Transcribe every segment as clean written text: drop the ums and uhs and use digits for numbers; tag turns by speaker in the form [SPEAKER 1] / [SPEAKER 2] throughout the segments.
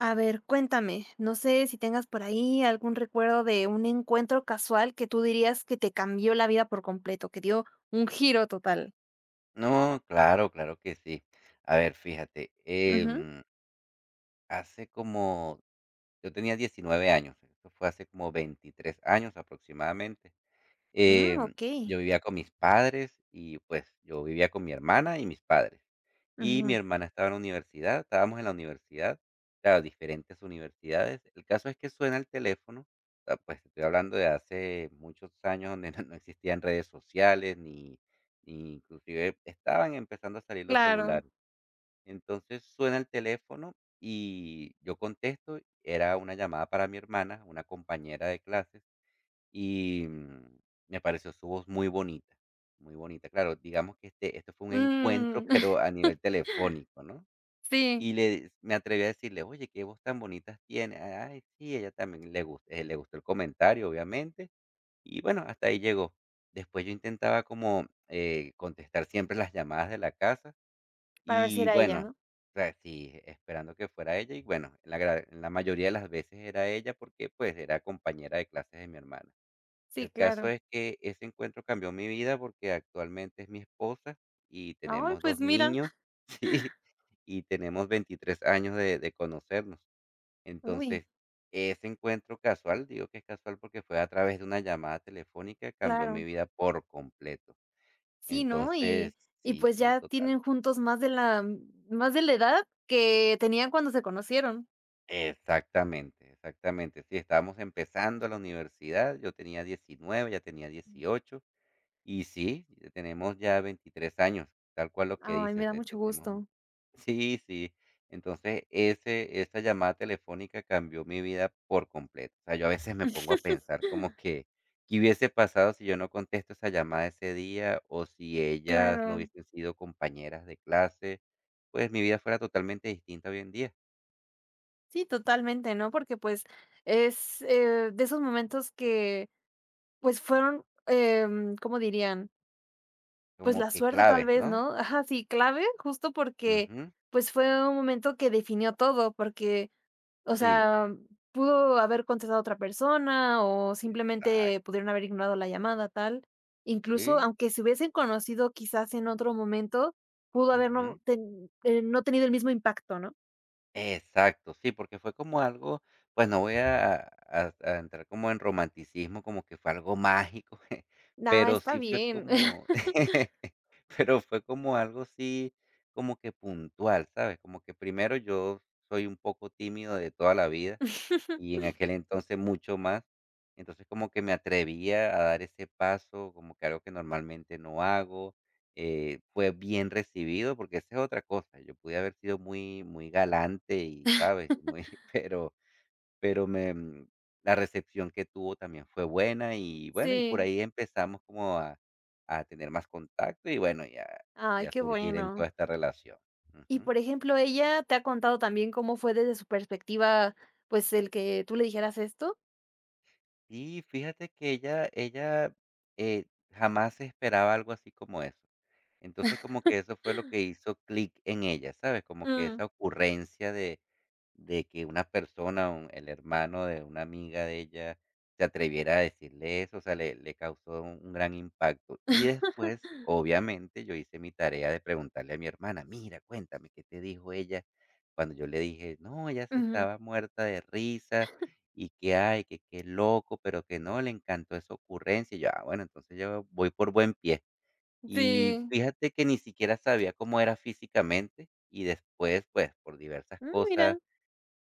[SPEAKER 1] A ver, cuéntame, no sé si tengas por ahí algún recuerdo de un encuentro casual que tú dirías que te cambió la vida por completo, que dio un giro total.
[SPEAKER 2] No, claro, claro que sí. A ver, fíjate,
[SPEAKER 1] Ujú.
[SPEAKER 2] em, hace como yo tenía 19 años, eso fue hace como 23 años aproximadamente.
[SPEAKER 1] Ah,
[SPEAKER 2] Em,
[SPEAKER 1] okey.
[SPEAKER 2] yo vivía con mis padres y, pues, yo vivía con mi hermana y mis padres. Y mi
[SPEAKER 1] Ujú.
[SPEAKER 2] hermana estaba en la universidad, estábamos en la universidad, claro, diferentes universidades. El caso es que suena el teléfono, o sea, pues, estoy hablando de hace muchos años donde no existían redes sociales ni inclusive estaban empezando a salir los
[SPEAKER 1] Claro.
[SPEAKER 2] celulares. Entonces, suena el teléfono y yo contesto, era una llamada para mi hermana, una compañera de clases. Y, mm, Me pareció su voz muy bonita, muy bonita. Claro, digamos que esto fue un encuentro,
[SPEAKER 1] Mm.
[SPEAKER 2] pero a nivel telefónico, ¿no?
[SPEAKER 1] Sí,
[SPEAKER 2] Y le me atreví a decirle: "Oye, qué voz tan bonita tiene", Ah, "Ay, sí", ella también le gustó el comentario, obviamente. Y bueno, hasta ahí llegó. Después yo intentaba como, contestar siempre las llamadas de la casa
[SPEAKER 1] ¿para ver si
[SPEAKER 2] y
[SPEAKER 1] era ella,
[SPEAKER 2] bueno,
[SPEAKER 1] no?
[SPEAKER 2] o sea, sí, esperando que fuera ella y bueno, en la gra en la mayoría de las veces era ella porque, pues, era compañera de clases de mi hermana.
[SPEAKER 1] Sí,
[SPEAKER 2] El caso
[SPEAKER 1] claro.
[SPEAKER 2] es que ese encuentro cambió mi vida porque actualmente es mi esposa y
[SPEAKER 1] Ay,
[SPEAKER 2] tenemos 2
[SPEAKER 1] pues mira.
[SPEAKER 2] niños, sí, y tenemos 23 años de conocernos.
[SPEAKER 1] Uy,
[SPEAKER 2] Entonces, ese encuentro casual, digo que es casual porque fue a través de una llamada telefónica, cambió mi
[SPEAKER 1] claro.
[SPEAKER 2] vida por completo.
[SPEAKER 1] Sí, ¿no?
[SPEAKER 2] Entonces,
[SPEAKER 1] Y
[SPEAKER 2] sí,
[SPEAKER 1] pues
[SPEAKER 2] sí,
[SPEAKER 1] ya tienen
[SPEAKER 2] total.
[SPEAKER 1] juntos más de la edad que tenían cuando se conocieron.
[SPEAKER 2] Exactamente, exactamente. Sí, estábamos empezando la universidad, yo tenía 19, ya tenía 18. Y sí, tenemos ya 23 años, tal cual lo que
[SPEAKER 1] Ay, me
[SPEAKER 2] dices,
[SPEAKER 1] da mucho
[SPEAKER 2] te tenemos
[SPEAKER 1] gusto.
[SPEAKER 2] sí, sí. Entonces, ese esa llamada telefónica cambió mi vida por completo. O sea, yo a veces me pongo a pensar como que, ¿qué hubiese pasado si yo no contesto esa llamada ese día? O si ellas no
[SPEAKER 1] Claro.
[SPEAKER 2] hubiesen sido compañeras de clase, pues mi vida fuera totalmente distinta hoy en día.
[SPEAKER 1] Sí, totalmente, ¿no? Porque, pues, es, de esos momentos que, pues, fueron, ¿cómo dirían? Pues,
[SPEAKER 2] Como
[SPEAKER 1] la
[SPEAKER 2] que
[SPEAKER 1] suerte tal
[SPEAKER 2] claves,
[SPEAKER 1] vez,
[SPEAKER 2] ¿no?
[SPEAKER 1] ¿no? Ajá, sí, clave, justo porque,
[SPEAKER 2] Ujú,
[SPEAKER 1] pues, fue un momento que definió todo, porque, o
[SPEAKER 2] sí,
[SPEAKER 1] sea, pudo haber contestado otra persona o simplemente
[SPEAKER 2] exacto,
[SPEAKER 1] pudieron haber ignorado la llamada, tal. Incluso,
[SPEAKER 2] sí,
[SPEAKER 1] aunque se hubiesen conocido quizás en otro momento, pudo haber
[SPEAKER 2] ujú.
[SPEAKER 1] no tenido el mismo impacto, ¿no?
[SPEAKER 2] Exacto, sí, porque fue como algo, pues no voy a entrar como en romanticismo, como que fue algo mágico,
[SPEAKER 1] Nah,
[SPEAKER 2] pero
[SPEAKER 1] está
[SPEAKER 2] sí fue
[SPEAKER 1] bien.
[SPEAKER 2] como pero fue como algo sí, como que puntual, ¿sabes? Como que primero yo soy un poco tímido de toda la vida. Y en aquel entonces mucho más. Entonces, como que me atrevía a dar ese paso, como que algo que normalmente no hago. Fue bien recibido, porque esa es otra cosa. Yo pude haber sido muy, muy galante y, ¿sabes? Y Muy, pero, pero me, mm, la recepción que tuvo también fue buena y bueno, y por
[SPEAKER 1] Sí.
[SPEAKER 2] ahí empezamos como a tener más contacto y bueno, y
[SPEAKER 1] Ay,
[SPEAKER 2] a
[SPEAKER 1] qué
[SPEAKER 2] surgir en
[SPEAKER 1] bueno.
[SPEAKER 2] toda esta relación.
[SPEAKER 1] Y,
[SPEAKER 2] Ujú.
[SPEAKER 1] por ejemplo, ¿ella te ha contado también cómo fue desde su perspectiva, pues, el que tú le dijeras esto?
[SPEAKER 2] Y fíjate que ella, eh, jamás se esperaba algo así como eso. Entonces, como que eso fue lo que hizo clic en ella, ¿sabes? Como que
[SPEAKER 1] Mm.
[SPEAKER 2] esa ocurrencia de que una persona, un el hermano de una amiga de ella, se atreviera a decirle eso, o sea, le causó un gran impacto. Y después, obviamente, yo hice mi tarea de preguntarle a mi hermana: "Mira, cuéntame, ¿qué te dijo ella?". Cuando yo le dije: "No, ella se
[SPEAKER 1] Ujú.
[SPEAKER 2] estaba muerta de risa, y que, ay, que qué loco, pero que no, le encantó esa ocurrencia". Y yo: "Ah, bueno, entonces yo voy por buen pie". Y
[SPEAKER 1] Sí.
[SPEAKER 2] fíjate que ni siquiera sabía cómo era físicamente, y después, pues, por diversas
[SPEAKER 1] Mm, mira.
[SPEAKER 2] cosas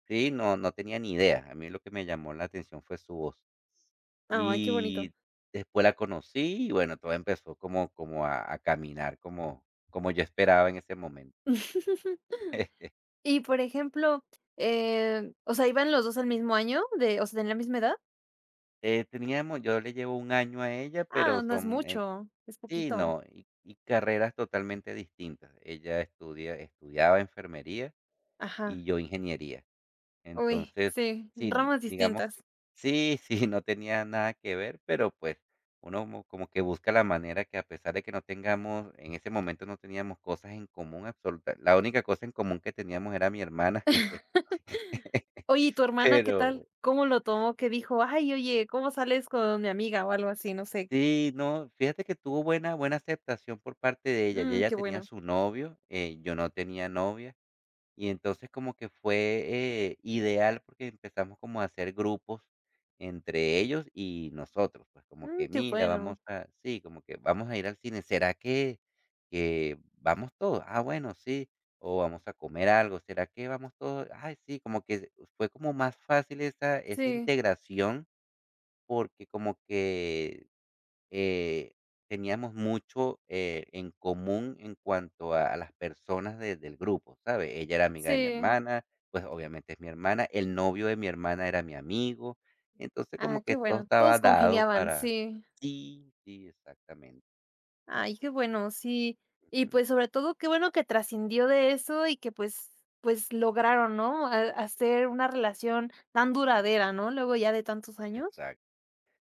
[SPEAKER 2] Sí, no, no tenía ni idea. A mí lo que me llamó la atención fue su voz.
[SPEAKER 1] Ay, qué bonito.
[SPEAKER 2] Y después la conocí y bueno, todo empezó como, como a caminar como, como yo esperaba en ese momento.
[SPEAKER 1] Y, por ejemplo, o sea, ¿iban los 2 al mismo año de o sea, tenían la misma edad?
[SPEAKER 2] Teníamos, yo le llevo un año a ella,
[SPEAKER 1] Ah,
[SPEAKER 2] pero
[SPEAKER 1] no es
[SPEAKER 2] son,
[SPEAKER 1] mucho, es
[SPEAKER 2] sí,
[SPEAKER 1] poquito.
[SPEAKER 2] no, y carreras totalmente distintas. Ella estudia, estudiaba enfermería
[SPEAKER 1] Ajá.
[SPEAKER 2] y yo ingeniería.
[SPEAKER 1] Uy,
[SPEAKER 2] Entonces,
[SPEAKER 1] sí,
[SPEAKER 2] sí,
[SPEAKER 1] ramas
[SPEAKER 2] digamos
[SPEAKER 1] distintas.
[SPEAKER 2] que sí, sí, no tenía nada que ver, pero, pues, uno mo como que busca la manera que a pesar de que no tengamos en ese momento no teníamos cosas en común absoluta. La única cosa en común que teníamos era mi hermana,
[SPEAKER 1] Oye, ¿y tu hermana qué tal?
[SPEAKER 2] pero
[SPEAKER 1] ¿Cómo lo tomó? ¿Qué dijo? Ay, oye, ¿cómo sales con mi amiga? O algo así, no sé.
[SPEAKER 2] sí, no, fíjate que tuvo buena aceptación por parte de ella, y
[SPEAKER 1] Mm,
[SPEAKER 2] ella
[SPEAKER 1] qué
[SPEAKER 2] tenía
[SPEAKER 1] bueno.
[SPEAKER 2] su novio, yo no tenía novia. Y entonces como que fue, ideal porque empezamos como a hacer grupos entre ellos y nosotros, pues como
[SPEAKER 1] Mm,
[SPEAKER 2] que
[SPEAKER 1] qué
[SPEAKER 2] mira,
[SPEAKER 1] bueno.
[SPEAKER 2] vamos a sí, como que vamos a ir al cine, ¿será que vamos todos? Ah, bueno, sí, o vamos a comer algo, ¿será que vamos todos? Ay, sí, como que fue como más fácil esa
[SPEAKER 1] Sí,
[SPEAKER 2] integración porque como que eh, teníamos mucho, en común en cuanto a las personas de del grupo, ¿sabes? Ella era amiga de mi
[SPEAKER 1] sí.
[SPEAKER 2] hermana, pues, obviamente es mi hermana, el novio de mi hermana era mi amigo, entonces
[SPEAKER 1] Ah,
[SPEAKER 2] como
[SPEAKER 1] qué
[SPEAKER 2] que todo
[SPEAKER 1] bueno.
[SPEAKER 2] estaba
[SPEAKER 1] Todos
[SPEAKER 2] dado
[SPEAKER 1] congeniaban,
[SPEAKER 2] para
[SPEAKER 1] sí.
[SPEAKER 2] sí, sí, exactamente,
[SPEAKER 1] Ay, qué bueno, sí. Y
[SPEAKER 2] ujú.
[SPEAKER 1] pues sobre todo, qué bueno que trascendió de eso y que pues, pues lograron, ¿no? Hacer una relación tan duradera, ¿no? Luego ya de tantos años.
[SPEAKER 2] Exacto.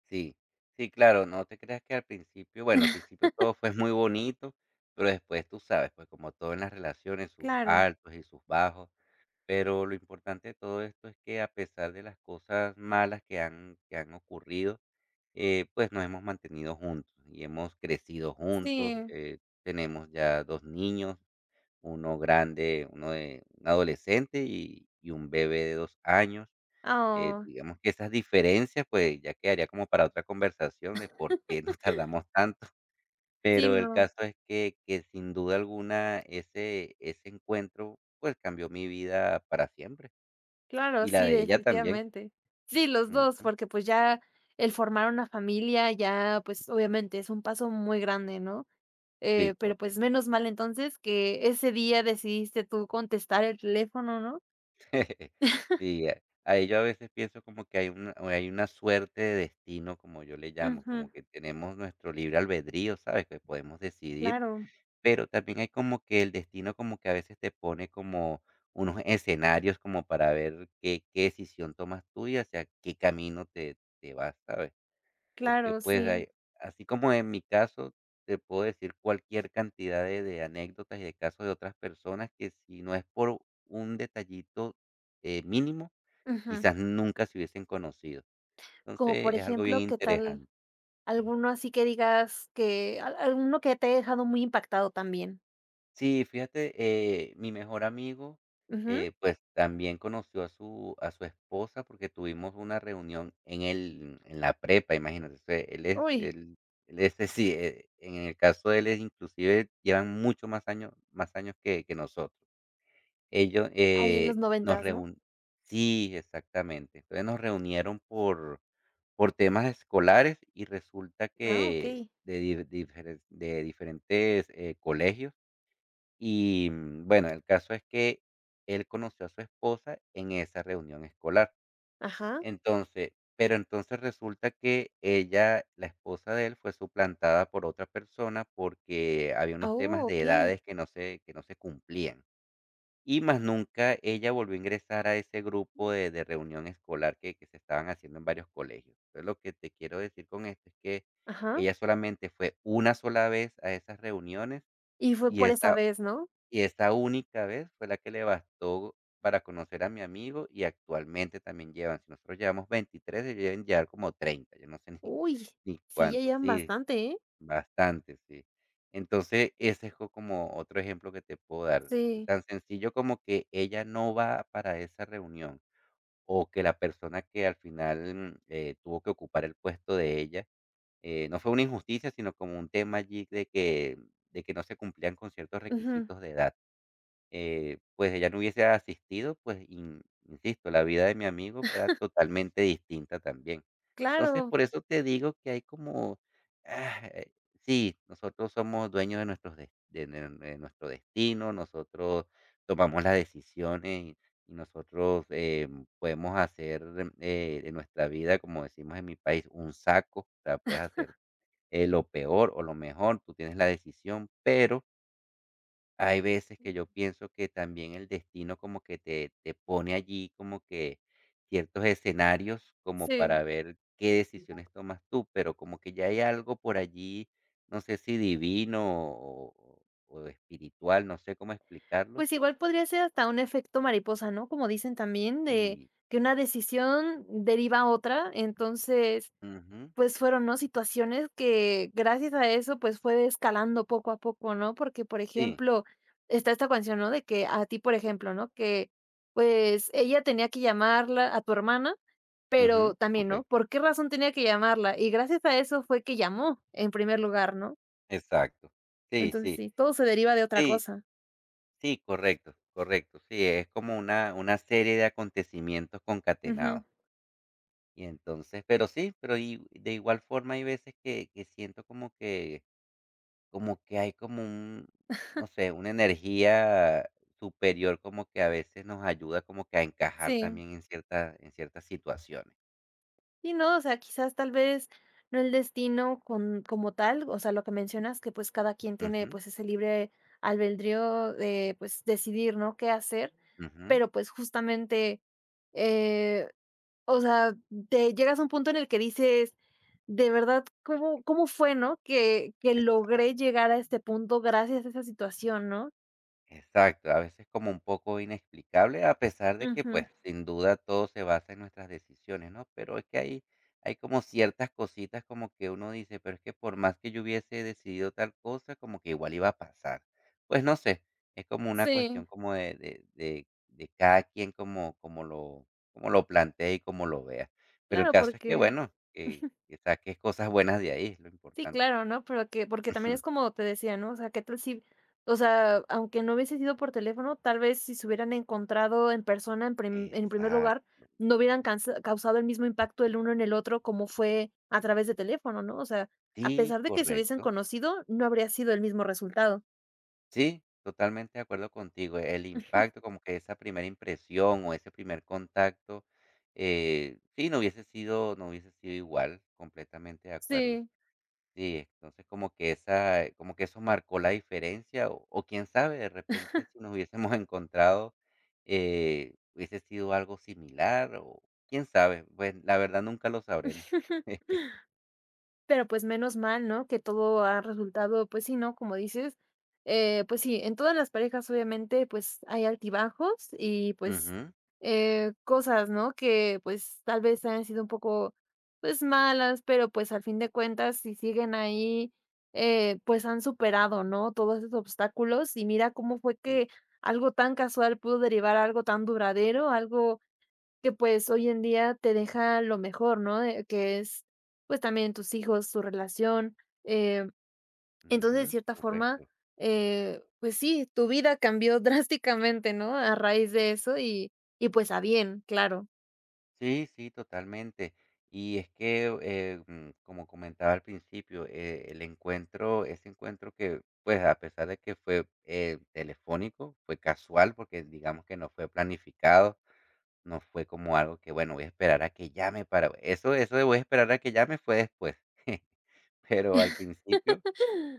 [SPEAKER 2] Sí, sí, claro, no te creas que al principio, bueno, al principio todo fue muy bonito, pero después, tú sabes, pues, como todo en las relaciones, sus
[SPEAKER 1] Claro,
[SPEAKER 2] altos y sus bajos. Pero lo importante de todo esto es que a pesar de las cosas malas que han ocurrido, pues, nos hemos mantenido juntos y hemos crecido juntos,
[SPEAKER 1] sí.
[SPEAKER 2] tenemos ya 2 niños, uno grande, uno de un adolescente y un bebé de 2 años,
[SPEAKER 1] Oh,
[SPEAKER 2] digamos que esas diferencias, pues, ya quedaría como para otra conversación de por qué nos tardamos tanto,
[SPEAKER 1] sí,
[SPEAKER 2] pero el
[SPEAKER 1] no.
[SPEAKER 2] caso es que sin duda alguna ese encuentro, pues, cambió mi vida para siempre.
[SPEAKER 1] Claro,
[SPEAKER 2] Y la
[SPEAKER 1] sí,
[SPEAKER 2] de ella también.
[SPEAKER 1] definitivamente. Sí, los 2
[SPEAKER 2] Ujú.
[SPEAKER 1] porque, pues, ya el formar una familia ya, pues, obviamente es un paso muy grande, ¿no?
[SPEAKER 2] Sí,
[SPEAKER 1] Pero, pues,
[SPEAKER 2] correcto.
[SPEAKER 1] menos mal entonces que ese día decidiste tú contestar el teléfono, ¿no?
[SPEAKER 2] Sí, a ahí yo a veces pienso como que hay una o hay una suerte de destino, como yo le llamo,
[SPEAKER 1] Ujú.
[SPEAKER 2] como que tenemos nuestro libre albedrío, ¿sabes? Que podemos decidir,
[SPEAKER 1] Claro,
[SPEAKER 2] pero también hay como que el destino como que a veces te pone como unos escenarios como para ver qué decisión tomas tú y hacia qué camino te vas, ¿sabes? Porque,
[SPEAKER 1] claro,
[SPEAKER 2] pues,
[SPEAKER 1] sí.
[SPEAKER 2] hay así como en mi caso, te puedo decir cualquier cantidad de anécdotas y de casos de otras personas que si no es por un detallito, mínimo,
[SPEAKER 1] Ujú.
[SPEAKER 2] quizás nunca se hubiesen conocido.
[SPEAKER 1] Como, por
[SPEAKER 2] Entonces, es algo bien
[SPEAKER 1] ejemplo, ¿qué tal
[SPEAKER 2] interesante.
[SPEAKER 1] alguno así que digas que al alguno que te haya dejado muy impactado también?
[SPEAKER 2] Sí, fíjate, mi mejor amigo,
[SPEAKER 1] Ujú.
[SPEAKER 2] pues también conoció a su esposa porque tuvimos una reunión en el, en la prepa, imagínate. O sea,
[SPEAKER 1] Uy,
[SPEAKER 2] él es, sí, en el caso de él es inclusive llevan mucho más años que nosotros. Ellos
[SPEAKER 1] ahí en los
[SPEAKER 2] nos
[SPEAKER 1] noventas, ¿no?
[SPEAKER 2] reun, sí, exactamente. Entonces nos reunieron por temas escolares y resulta
[SPEAKER 1] Ah,
[SPEAKER 2] que
[SPEAKER 1] okey.
[SPEAKER 2] de diferentes colegios y, bueno, el caso es que él conoció a su esposa en esa reunión escolar.
[SPEAKER 1] Ajá.
[SPEAKER 2] Entonces pero entonces resulta que ella, la esposa de él, fue suplantada por otra persona porque había
[SPEAKER 1] Ah,
[SPEAKER 2] unos temas de
[SPEAKER 1] okey.
[SPEAKER 2] edades que no se cumplían. Y más nunca ella volvió a ingresar a ese grupo de reunión escolar que se estaban haciendo en varios colegios. Entonces, lo que te quiero decir con esto es que
[SPEAKER 1] Ajá.
[SPEAKER 2] ella solamente fue una sola vez a esas reuniones
[SPEAKER 1] Y fue
[SPEAKER 2] y
[SPEAKER 1] por esa
[SPEAKER 2] esa
[SPEAKER 1] vez, ¿no?
[SPEAKER 2] y esta única vez fue la que le bastó para conocer a mi amigo y actualmente también llevan, si nosotros llevamos 23 ellos deben llevar como 30 yo no sé ni,
[SPEAKER 1] Uy,
[SPEAKER 2] ni
[SPEAKER 1] sí, ya
[SPEAKER 2] cuántos,
[SPEAKER 1] llevan
[SPEAKER 2] sí,
[SPEAKER 1] bastante, ¿eh?
[SPEAKER 2] bastante, sí. Entonces, ese es como otro ejemplo que te puedo dar.
[SPEAKER 1] Sí.
[SPEAKER 2] Tan sencillo como que ella no va para esa reunión o que la persona que al final tuvo que ocupar el puesto de ella, no fue una injusticia, sino como un tema allí de que no se cumplían con ciertos
[SPEAKER 1] Ujú.
[SPEAKER 2] requisitos de edad pues ella no hubiese asistido, pues, in insisto, la vida de mi amigo fuera totalmente distinta también. Entonces,
[SPEAKER 1] Claro,
[SPEAKER 2] por eso te digo que hay como, ah, eh, sí, nosotros somos dueños de nuestros des de nuestro destino, nosotros tomamos las decisiones y nosotros, podemos hacer, de nuestra vida, como decimos en mi país, un saco, o sea, puedes hacer, lo peor o lo mejor, tú tienes la decisión, pero hay veces que yo pienso que también el destino como que te pone allí como que ciertos escenarios como
[SPEAKER 1] sí.
[SPEAKER 2] para ver qué decisiones tomas tú, pero como que ya hay algo por allí, no sé si divino o o o espiritual, no sé cómo explicarlo.
[SPEAKER 1] Pues igual podría ser hasta un efecto mariposa, ¿no? Como dicen también, de
[SPEAKER 2] Sí,
[SPEAKER 1] que una decisión deriva a otra, entonces
[SPEAKER 2] ujú,
[SPEAKER 1] pues, fueron, ¿no?, situaciones que gracias a eso, pues, fue escalando poco a poco, ¿no? Porque, por
[SPEAKER 2] sí,
[SPEAKER 1] ejemplo, está esta canción, ¿no?, de que a ti, por ejemplo, ¿no?, que, pues, ella tenía que llamarla a tu hermana, pero
[SPEAKER 2] ujú,
[SPEAKER 1] también, ¿no?,
[SPEAKER 2] correcto,
[SPEAKER 1] ¿por qué razón tenía que llamarla? Y gracias a eso fue que llamó en primer lugar, ¿no?
[SPEAKER 2] exacto. Sí,
[SPEAKER 1] Entonces
[SPEAKER 2] sí,
[SPEAKER 1] sí, todo se deriva de otra
[SPEAKER 2] sí,
[SPEAKER 1] cosa.
[SPEAKER 2] sí, correcto, correcto. Sí, es como una serie de acontecimientos
[SPEAKER 1] Ujú,
[SPEAKER 2] concatenados. Y entonces, pero sí, pero y de igual forma hay veces que siento como que hay como un, no sé, una energía superior, como que a veces nos ayuda como que a encajar
[SPEAKER 1] sí.
[SPEAKER 2] también en ciertas situaciones.
[SPEAKER 1] Y no, o sea, quizás tal vez no el destino con como tal, o sea, lo que mencionas que, pues, cada quien tiene,
[SPEAKER 2] Ujú,
[SPEAKER 1] pues, ese libre albedrío de, pues, decidir, ¿no?, qué hacer,
[SPEAKER 2] ujú,
[SPEAKER 1] pero, pues, justamente, eh, o sea, te llegas a un punto en el que dices: "De verdad, ¿cómo fue, no?, que logré
[SPEAKER 2] exacto.
[SPEAKER 1] llegar a este punto gracias a esa situación", ¿no?
[SPEAKER 2] Exacto, a veces como un poco inexplicable, a pesar de que,
[SPEAKER 1] Ujú.
[SPEAKER 2] pues, sin duda todo se basa en nuestras decisiones, ¿no? Pero es que hay como ciertas cositas como que uno dice, pero es que por más que yo hubiese decidido tal cosa, como que igual iba a pasar. Pues no sé, es como una
[SPEAKER 1] Sí,
[SPEAKER 2] cuestión como de cada quien como, como lo plantea y como lo vea. Pero el
[SPEAKER 1] claro,
[SPEAKER 2] caso es que,
[SPEAKER 1] porque
[SPEAKER 2] bueno, que saques cosas buenas de ahí, es lo
[SPEAKER 1] sí,
[SPEAKER 2] importante.
[SPEAKER 1] claro, ¿no? Pero que porque también es como te decía, ¿no? O sea, ¿qué tal si o sea, aunque no hubiese sido por teléfono, tal vez si se hubieran encontrado en persona en primer lugar,
[SPEAKER 2] Exacto,
[SPEAKER 1] no hubieran cansa causado el mismo impacto el uno en el otro como fue a través de teléfono, ¿no? O sea, a
[SPEAKER 2] sí,
[SPEAKER 1] pesar de que se hubiesen
[SPEAKER 2] correcto.
[SPEAKER 1] conocido, no habría sido el mismo resultado.
[SPEAKER 2] Sí, totalmente de acuerdo contigo. El impacto, como que esa primera impresión o ese primer contacto, sí, no hubiese sido, no hubiese sido igual, completamente de acuerdo.
[SPEAKER 1] Sí.
[SPEAKER 2] Sí, entonces como que esa, como que eso marcó la diferencia, o quién sabe, de repente si nos hubiésemos encontrado, hubiese sido algo similar, o quién sabe, bueno, la verdad nunca lo sabremos.
[SPEAKER 1] Pero, pues, menos mal, ¿no?, que todo ha resultado, pues sí, ¿no?, como dices, pues sí, en todas las parejas, obviamente, pues, hay altibajos y, pues,
[SPEAKER 2] Ujú,
[SPEAKER 1] cosas, ¿no?, que, pues, tal vez hayan sido un poco, pues, malas, pero, pues, al fin de cuentas, si siguen ahí, pues, han superado, ¿no?, todos esos obstáculos, y mira cómo fue
[SPEAKER 2] sí,
[SPEAKER 1] que algo tan casual pudo derivar a algo tan duradero, algo, que, pues, hoy en día te deja lo mejor, ¿no? Que es, pues, también tus hijos, tu relación, eh, entonces, de
[SPEAKER 2] ujú,
[SPEAKER 1] cierta forma,
[SPEAKER 2] correcto.
[SPEAKER 1] pues sí, tu vida cambió drásticamente, ¿no? A raíz de eso y, pues, a bien, claro.
[SPEAKER 2] Sí, sí, totalmente. Y es que, como comentaba al principio, el encuentro, ese encuentro que, pues, a pesar de que fue telefónico, fue casual, porque digamos que no fue planificado, no fue como algo que, bueno, voy a esperar a que llame para... Eso de voy a esperar a que llame fue después, pero al principio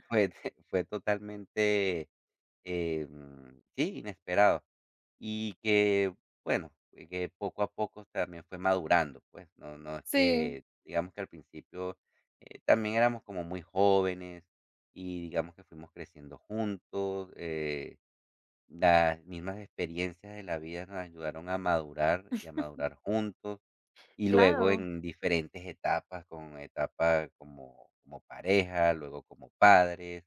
[SPEAKER 2] fue, fue totalmente sí, inesperado. Y que, bueno, que poco a poco también fue madurando, pues, no es
[SPEAKER 1] Sí.
[SPEAKER 2] que, digamos que al principio, también éramos como muy jóvenes y digamos que fuimos creciendo juntos, las mismas experiencias de la vida nos ayudaron a madurar y a madurar juntos. Y luego
[SPEAKER 1] Claro.
[SPEAKER 2] en diferentes etapas, con etapa como como pareja, luego como padres,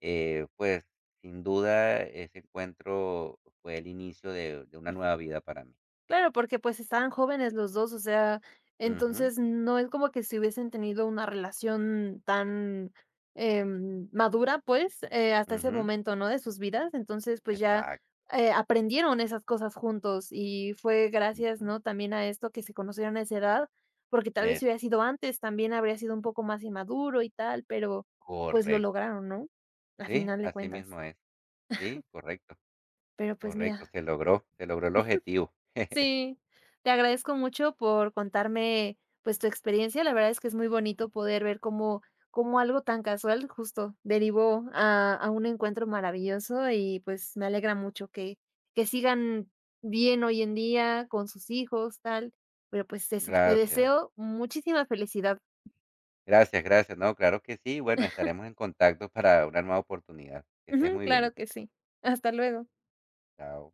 [SPEAKER 2] pues, sin duda ese encuentro fue el inicio de una nueva vida para mí.
[SPEAKER 1] Claro, porque, pues, estaban jóvenes los 2, o sea,
[SPEAKER 2] Ujú,
[SPEAKER 1] entonces no es como que si hubiesen tenido una relación tan, madura, pues, hasta ese
[SPEAKER 2] ujú,
[SPEAKER 1] momento, ¿no?, de sus vidas. Entonces, pues, ya,
[SPEAKER 2] exacto,
[SPEAKER 1] aprendieron esas cosas juntos y fue gracias,
[SPEAKER 2] ujú,
[SPEAKER 1] ¿no?, también a esto que se conocieron a esa edad, porque tal vez si
[SPEAKER 2] es
[SPEAKER 1] hubiera sido antes, también habría sido un poco más inmaduro y tal, pero, pues, lo
[SPEAKER 2] correcto,
[SPEAKER 1] lograron, ¿no?, a
[SPEAKER 2] sí,
[SPEAKER 1] final de
[SPEAKER 2] así
[SPEAKER 1] cuentas.
[SPEAKER 2] mismo es, sí, correcto,
[SPEAKER 1] Pero, pues,
[SPEAKER 2] correcto,
[SPEAKER 1] mira.
[SPEAKER 2] se logró el objetivo.
[SPEAKER 1] Sí, te agradezco mucho por contarme, pues, tu experiencia. La verdad es que es muy bonito poder ver cómo algo tan casual justo derivó a un encuentro maravilloso y, pues, me alegra mucho que sigan bien hoy en día con sus hijos, tal. Pero, pues, eso, te
[SPEAKER 2] Gracias,
[SPEAKER 1] deseo muchísima felicidad.
[SPEAKER 2] gracias, gracias, no, claro que sí, bueno, estaremos en contacto para una nueva oportunidad. Que estés
[SPEAKER 1] Ujú,
[SPEAKER 2] muy
[SPEAKER 1] claro
[SPEAKER 2] bien,
[SPEAKER 1] que sí. Hasta luego.
[SPEAKER 2] chao.